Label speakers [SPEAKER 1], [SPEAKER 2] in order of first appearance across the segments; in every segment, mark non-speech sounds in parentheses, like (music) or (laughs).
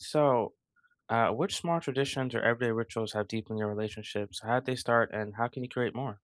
[SPEAKER 1] So, which small traditions or everyday rituals have deepened your relationships? How did they start, and how can you create more?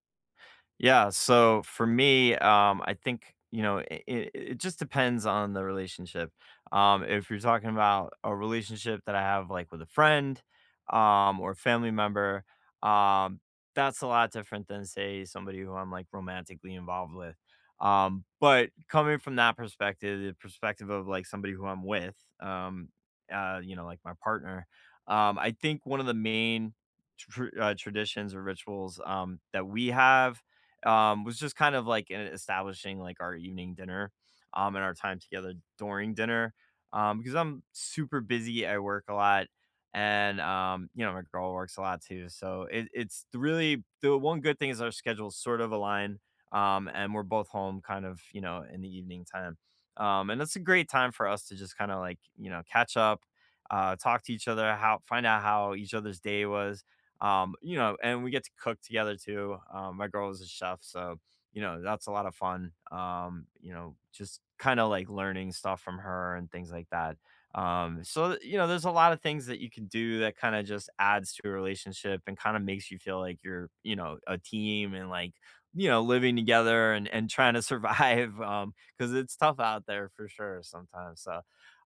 [SPEAKER 2] Yeah, so for me, I think, it just depends on the relationship. If you're talking about a relationship that I have like with a friend or a family member, um, that's a lot different than, say, somebody who I'm like romantically involved with. But coming from that perspective, the perspective of like somebody who I'm with, like my partner, I think one of the main traditions or rituals that we have was just kind of like in establishing like our evening dinner, and our time together during dinner, because I'm super busy. I work a lot, and my girl works a lot too. So it's really the one good thing is our schedules sort of align, and we're both home kind of in the evening time, and it's a great time for us to just kind of like catch up. Talk to each other, how find out how each other's day was, and we get to cook together too. My girl is a chef, so that's a lot of fun. Just kind of like learning stuff from her and things like that. So there's a lot of things that you can do that kind of just adds to a relationship and kind of makes you feel like you're, a team and like, living together and trying to survive (laughs) because it's tough out there for sure sometimes. So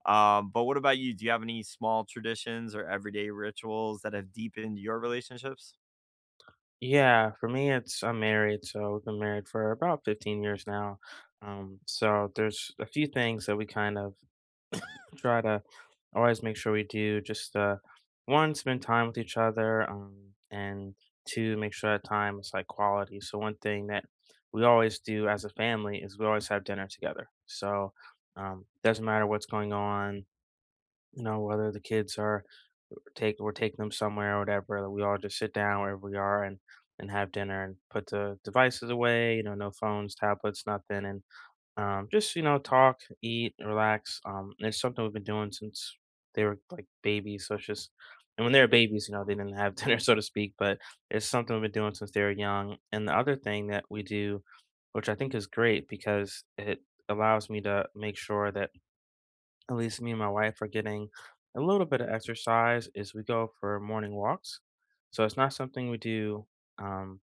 [SPEAKER 2] but what about you? Do you have any small traditions or everyday rituals that have deepened your relationships?
[SPEAKER 1] Yeah, for me, it's I'm married, so we've been married for about 15 years now. So there's a few things that we kind of try to always make sure we do. Just One, spend time with each other, and two, make sure that time is like quality. So one thing that we always do as a family is we always have dinner together. So doesn't matter what's going on, you know, whether the kids are take we're taking them somewhere or whatever, that we all just sit down wherever we are and have dinner and put the devices away. You know, no phones, tablets, nothing. And just, you know, talk, eat, relax. And it's something we've been doing since they were like babies, so it's just. And when they were babies, you know, they didn't have (laughs) dinner, so to speak, but it's something we've been doing since they were young. And the other thing that we do, which I think is great because it allows me to make sure that at least me and my wife are getting a little bit of exercise, as we go for morning walks. So it's not something we do, um,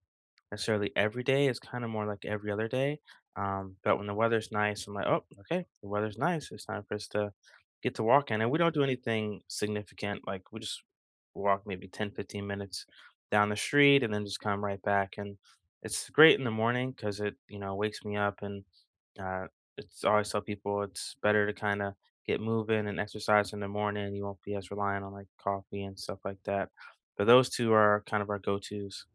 [SPEAKER 1] necessarily every day. It's kind of more like every other day. But when the weather's nice, I'm like, oh, okay, the weather's nice, it's time for us to get to walking. And we don't do anything significant. Like we just walk maybe 10, 15 down the street and then just come right back. And it's great in the morning because it, you know, wakes me up. And uh, it's I always tell people it's better to kind of get moving and exercise in the morning. You won't be as reliant on like coffee and stuff like that. But those two are kind of our go tos.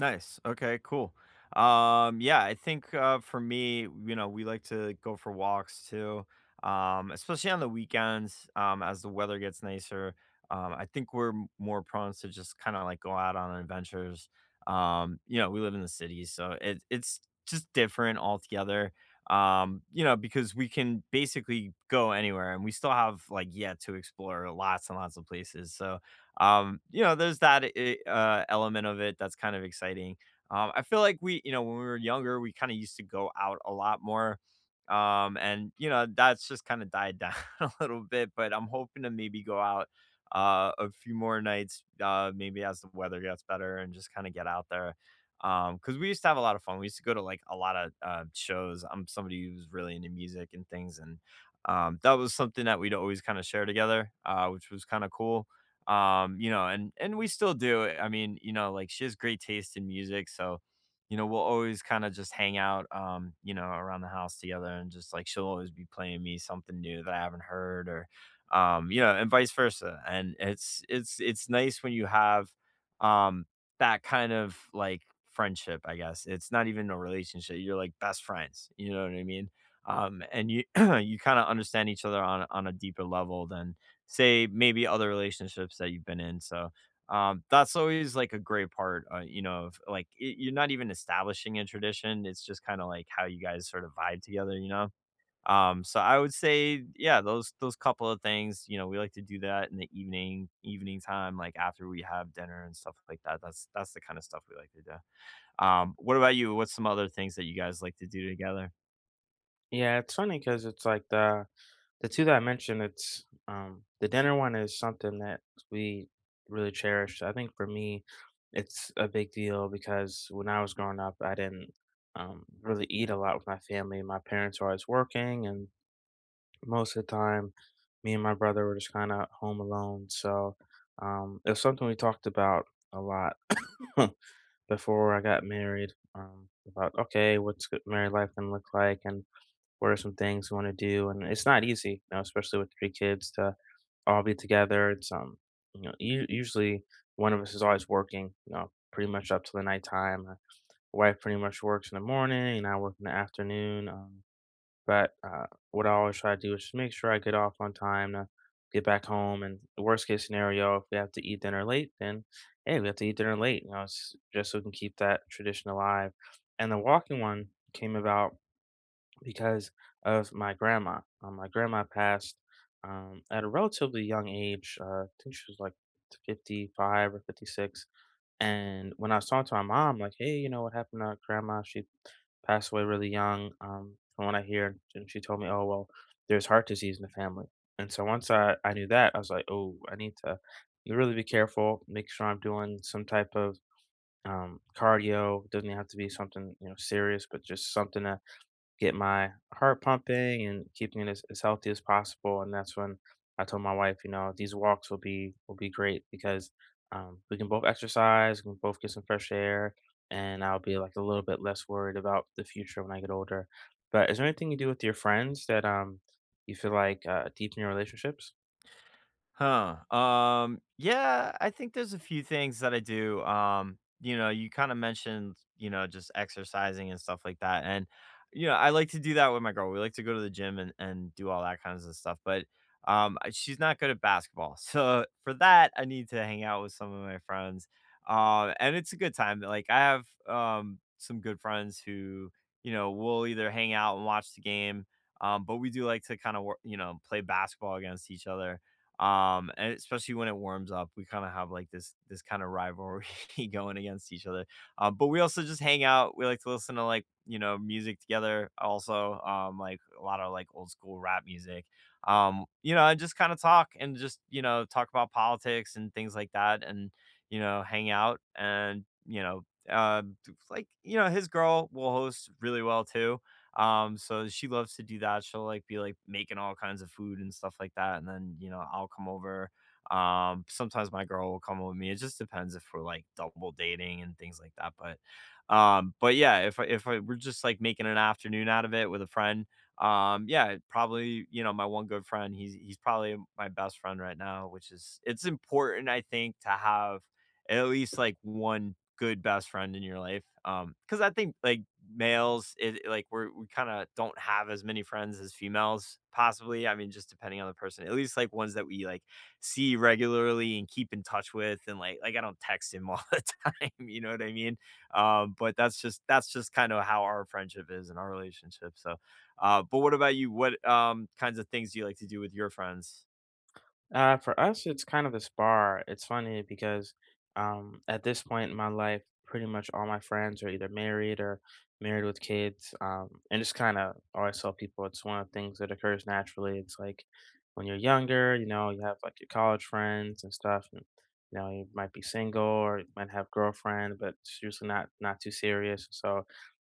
[SPEAKER 2] Nice. Okay, cool. Yeah, I think for me, we like to go for walks too, especially on the weekends as the weather gets nicer. I think we're more prone to just kind of like go out on adventures. We live in the city, so it's just different altogether. Because we can basically go anywhere and we still have like yet to explore lots and lots of places. So, there's that element of it that's kind of exciting. I feel like when we were younger, we kind of used to go out a lot more. And, that's just kind of died down (laughs) a little bit, but I'm hoping to maybe go out a few more nights, maybe as the weather gets better and just kind of get out there. Because we used to have a lot of fun. We used to go to like a lot of shows. I'm somebody who's really into music and things, and that was something that we'd always kind of share together, which was kind of cool and we still do. I mean, like she has great taste in music, so we'll always kind of just hang out around the house together and just like she'll always be playing me something new that I haven't heard, or you know and vice versa. And it's nice when you have um that kind of like friendship, I guess. It's not even a relationship. You're like best friends, you know what I mean? And you (clears throat) you kind of understand each other on a deeper level than say maybe other relationships that you've been in. So that's always like a great part, of like you're not even establishing a tradition. It's just kind of like how you guys sort of vibe together. So I would say, yeah, those couple of things, we like to do that in the evening time, like after we have dinner and stuff like that. That's the kind of stuff we like to do. What about you? What's some other things that you guys like to do together?
[SPEAKER 1] Yeah, it's funny because it's like the two that I mentioned. The dinner one is something that we really cherish. I think for me, it's a big deal because when I was growing up, I didn't, really eat a lot with my family. My parents were always working, and most of the time, me and my brother were just kinda home alone. It was something we talked about a lot (laughs) (coughs) before I got married, about, "Okay, what's good married life gonna look like? And what are some things you want to do?" And it's not easy, you know, especially with 3 kids, to all be together. It's You know, usually one of us is always working, you know, pretty much up to the nighttime. My wife pretty much works in the morning, and I work in the afternoon. But What I always try to do is just make sure I get off on time to get back home. And the worst case scenario, if we have to eat dinner late, then hey, we have to eat dinner late. You know, it's just so we can keep that tradition alive. And the walking one came about because of my grandma. My grandma passed, at a relatively young age. I think she was like 55 or 56. And when I was talking to my mom, like, hey, you know what happened to grandma? She passed away really young. From what I hear, and she told me, oh, well, there's heart disease in the family. And so once I knew that, I was like, oh, I need to really be careful, make sure I'm doing some type of, cardio. Doesn't have to be something, you know, serious, but just something to get my heart pumping and keeping it as healthy as possible. And that's when I told my wife, you know, these walks will be great because, we can both exercise, we can both get some fresh air, and I'll be like a little bit less worried about the future when I get older. But is there anything you do with your friends that you feel like, deepen your relationships?
[SPEAKER 2] Huh. Yeah, I think there's a few things that I do. You kind of mentioned, just exercising and stuff like that. And, I like to do that with my girl. We like to go to the gym and do all that kinds of stuff. But she's not good at basketball. (laughs) So for that, I need to hang out with some of my friends. And it's a good time. Like I have some good friends who, will either hang out and watch the game. But we do like to kind of, play basketball against each other and especially when it warms up we kind of have like this kind of rivalry (laughs) going against each other but we also just hang out. We like to listen to like music together also like a lot of like old school rap music and just kind of talk and just talk about politics and things like that and hang out and uh like his girl will host really well too. So she loves to do that. She'll like be like making all kinds of food and stuff like that. And then, I'll come over. Sometimes my girl will come with me. It just depends if we're like double dating and things like that. But yeah, if I, we're just like making an afternoon out of it with a friend, yeah, probably, my one good friend, he's probably my best friend right now, which is, it's important, I think, to have at least like one good best friend in your life. Because I think like males, it like we kind of don't have as many friends as females, possibly. I mean, just depending on the person. At least like ones that we like see regularly and keep in touch with, and like I don't text him all (laughs) the time. You know what I mean? But that's just kind of how our friendship is and our relationship. So, but what about you? What kinds of things do you like to do with your friends?
[SPEAKER 1] For us, it's kind of this bar. It's funny because, at this point in my life, pretty much all my friends are either married or married with kids. And just kind of always tell people it's one of the things that occurs naturally. It's like when you're younger, you know, you have like your college friends and stuff, and you know, you might be single or you might have girlfriend, but it's usually not too serious. So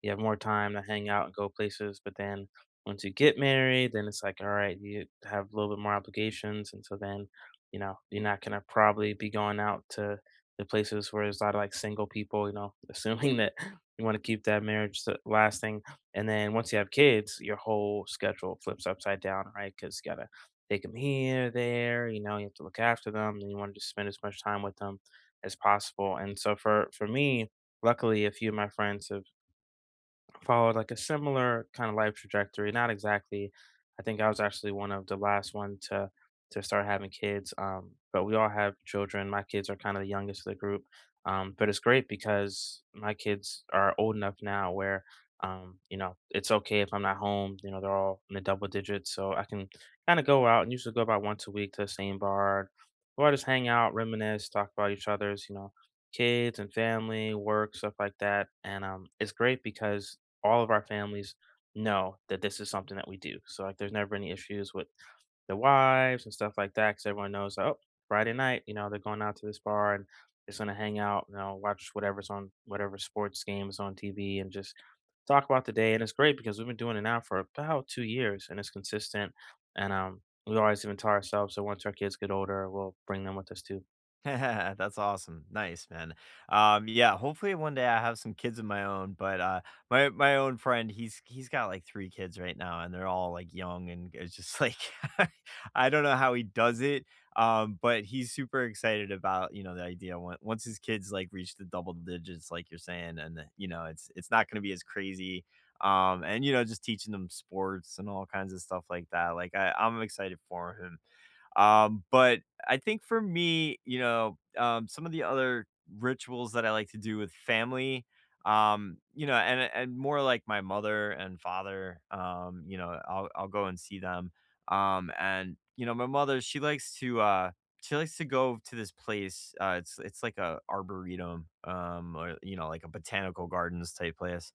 [SPEAKER 1] you have more time to hang out and go places, but then once you get married, then it's like, all right, you have a little bit more obligations, and so then, you know, you're not gonna probably be going out to the places where there's a lot of like single people, you know, (laughs) assuming that you want to keep that marriage lasting. And then once you have kids, your whole schedule flips upside down, right? Because you gotta take them here, there, you know, you have to look after them, and you want to just spend as much time with them as possible. And so for me, luckily, a few of my friends have followed like a similar kind of life trajectory. Not exactly. I think I was actually one of the last one to start having kids. But we all have children. My kids are kind of the youngest of the group. But it's great because my kids are old enough now where, you know, it's okay if I'm not home. You know, they're all in the double digits, so I can kind of go out and usually go about once a week to the same bar or just hang out, reminisce, talk about each other's, you know, kids and family, work, stuff like that. And it's great because all of our families know that this is something that we do. So like there's never any issues with the wives and stuff like that because everyone knows, oh, Friday night, you know, they're going out to this bar and just gonna hang out, you know, watch whatever's on whatever sports game is on TV and just talk about the day. And it's great because we've been doing it now for about 2 years and it's consistent. And we always even tell ourselves, so once our kids get older, we'll bring them with us too.
[SPEAKER 2] (laughs) That's awesome. Nice, man. Yeah, hopefully one day I have some kids of my own, but my own friend, he's got like three kids right now and they're all like young and it's just like (laughs) I don't know how he does it. But he's super excited about, the idea once his kids like reach the double digits like you're saying and it's not going to be as crazy. And just teaching them sports and all kinds of stuff like that. Like I'm excited for him but I think for me, some of the other rituals that I like to do with family, and more like my mother and father, I'll go and see them. And my mother, she likes to go to this place. It's like a arboretum, or like a botanical gardens type place.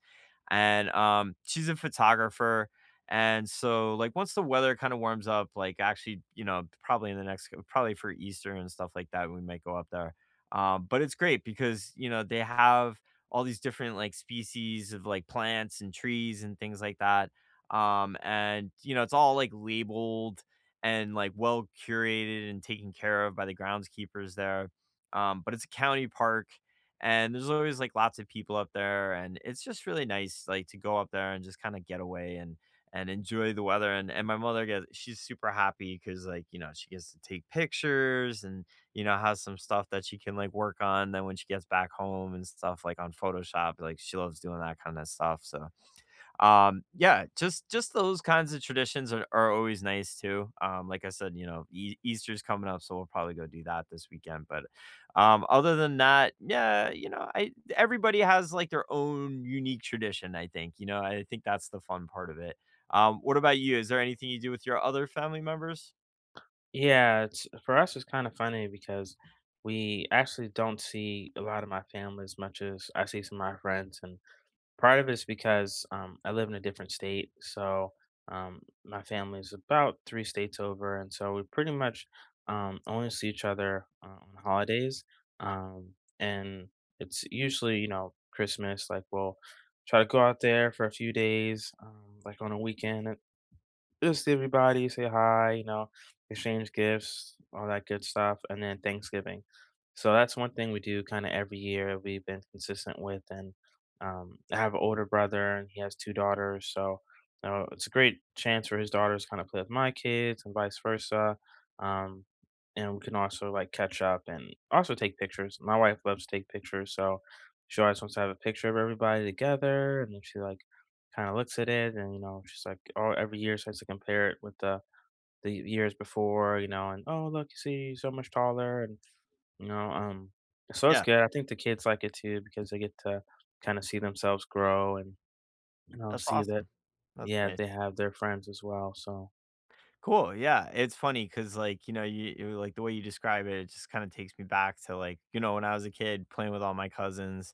[SPEAKER 2] And she's a photographer, and so, like, once the weather kind of warms up, like, actually, probably in the next, probably for Easter and stuff like that, we might go up there. But it's great because, they have all these different, like, species of, like, plants and trees and things like that. And, it's all, like, labeled and, like, well curated and taken care of by the groundskeepers there. But it's a county park and there's always, like, lots of people up there. And it's just really nice, like, to go up there and just kind of get away and enjoy the weather. And my mother gets she's super happy because like she gets to take pictures and has some stuff that she can like work on. Then when she gets back home and stuff like on Photoshop, like she loves doing that kind of stuff. So yeah, just those kinds of traditions are always nice too like I said, Easter's coming up so we'll probably go do that this weekend but other than that, yeah, I everybody has like their own unique tradition, I think that's the fun part of it. What about you? Is there anything you do with your other family members?
[SPEAKER 1] Yeah, it's for us it's kind of funny because we actually don't see a lot of my family as much as I see some of my friends, and part of it's because, I live in a different state. My family is about 3 states over, and so we pretty much, only see each other, on holidays, um, and it's usually, you know, Christmas. Like we'll try to go out there for a few days, like on a weekend, just see everybody, say hi, you know, exchange gifts, all that good stuff, and then Thanksgiving. So that's one thing we do kind of every year. We've been consistent with. And I have an older brother, and he has 2 daughters. So, you know, it's a great chance for his daughters kind of play with my kids, and vice versa. Um, and we can also like catch up and also take pictures. My wife loves to take pictures, so she always wants to have a picture of everybody together, and then she like kind of looks at it and, you know, she's like, oh, every year starts to compare it with the years before, you know, and, oh, look, you see he's so much taller. And you know So it's
[SPEAKER 2] Yeah,
[SPEAKER 1] good. I think the kids like it too because they get to kind of see themselves grow and, you know,
[SPEAKER 2] that's
[SPEAKER 1] see that.
[SPEAKER 2] awesome. That's
[SPEAKER 1] Yeah, they
[SPEAKER 2] nice.
[SPEAKER 1] have their friends as well, so
[SPEAKER 2] Cool. Yeah. It's funny because, like, you like the way you describe it, it just kind of takes me back to, like, when I was a kid playing with all my cousins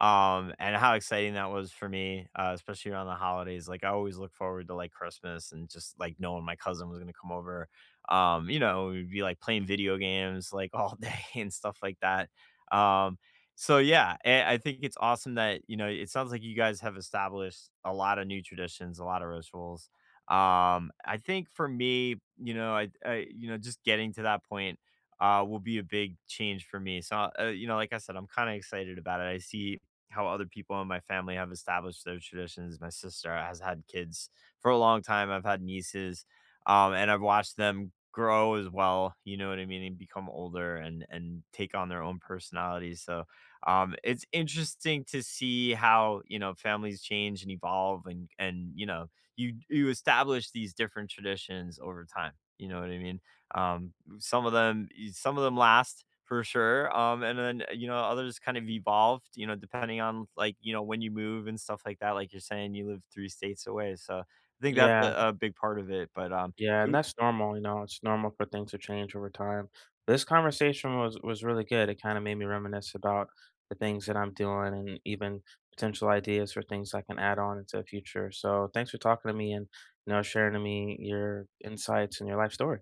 [SPEAKER 2] and how exciting that was for me, especially around the holidays. Like, I always look forward to, like, Christmas and just, like, knowing my cousin was going to come over. We'd be, like, playing video games, like, all (laughs) day and stuff like that. Um, so yeah, I think it's awesome that it sounds like you guys have established a lot of new traditions, a lot of rituals. I think for me, just getting to that point will be a big change for me. So, like I said, I'm kind of excited about it. I see how other people in my family have established their traditions. My sister has had kids for a long time. I've had nieces, and I've watched them grow as well. You know what I mean? And become older and take on their own personalities. So, it's interesting to see how families change and evolve, and you establish these different traditions over time. You know what I mean? Some of them last for sure. And then others kind of evolved. Depending on like when you move and stuff like that. Like you're saying, you live three states away, so I think that's
[SPEAKER 1] yeah.
[SPEAKER 2] a big part of it. But
[SPEAKER 1] Yeah, and that's normal, you know, it's normal for things to change over time. This conversation was really good. It kind of made me reminisce about the things that I'm doing and even potential ideas for things I can add on into the future. So thanks for talking to me and, you know, sharing to me your insights and your life story.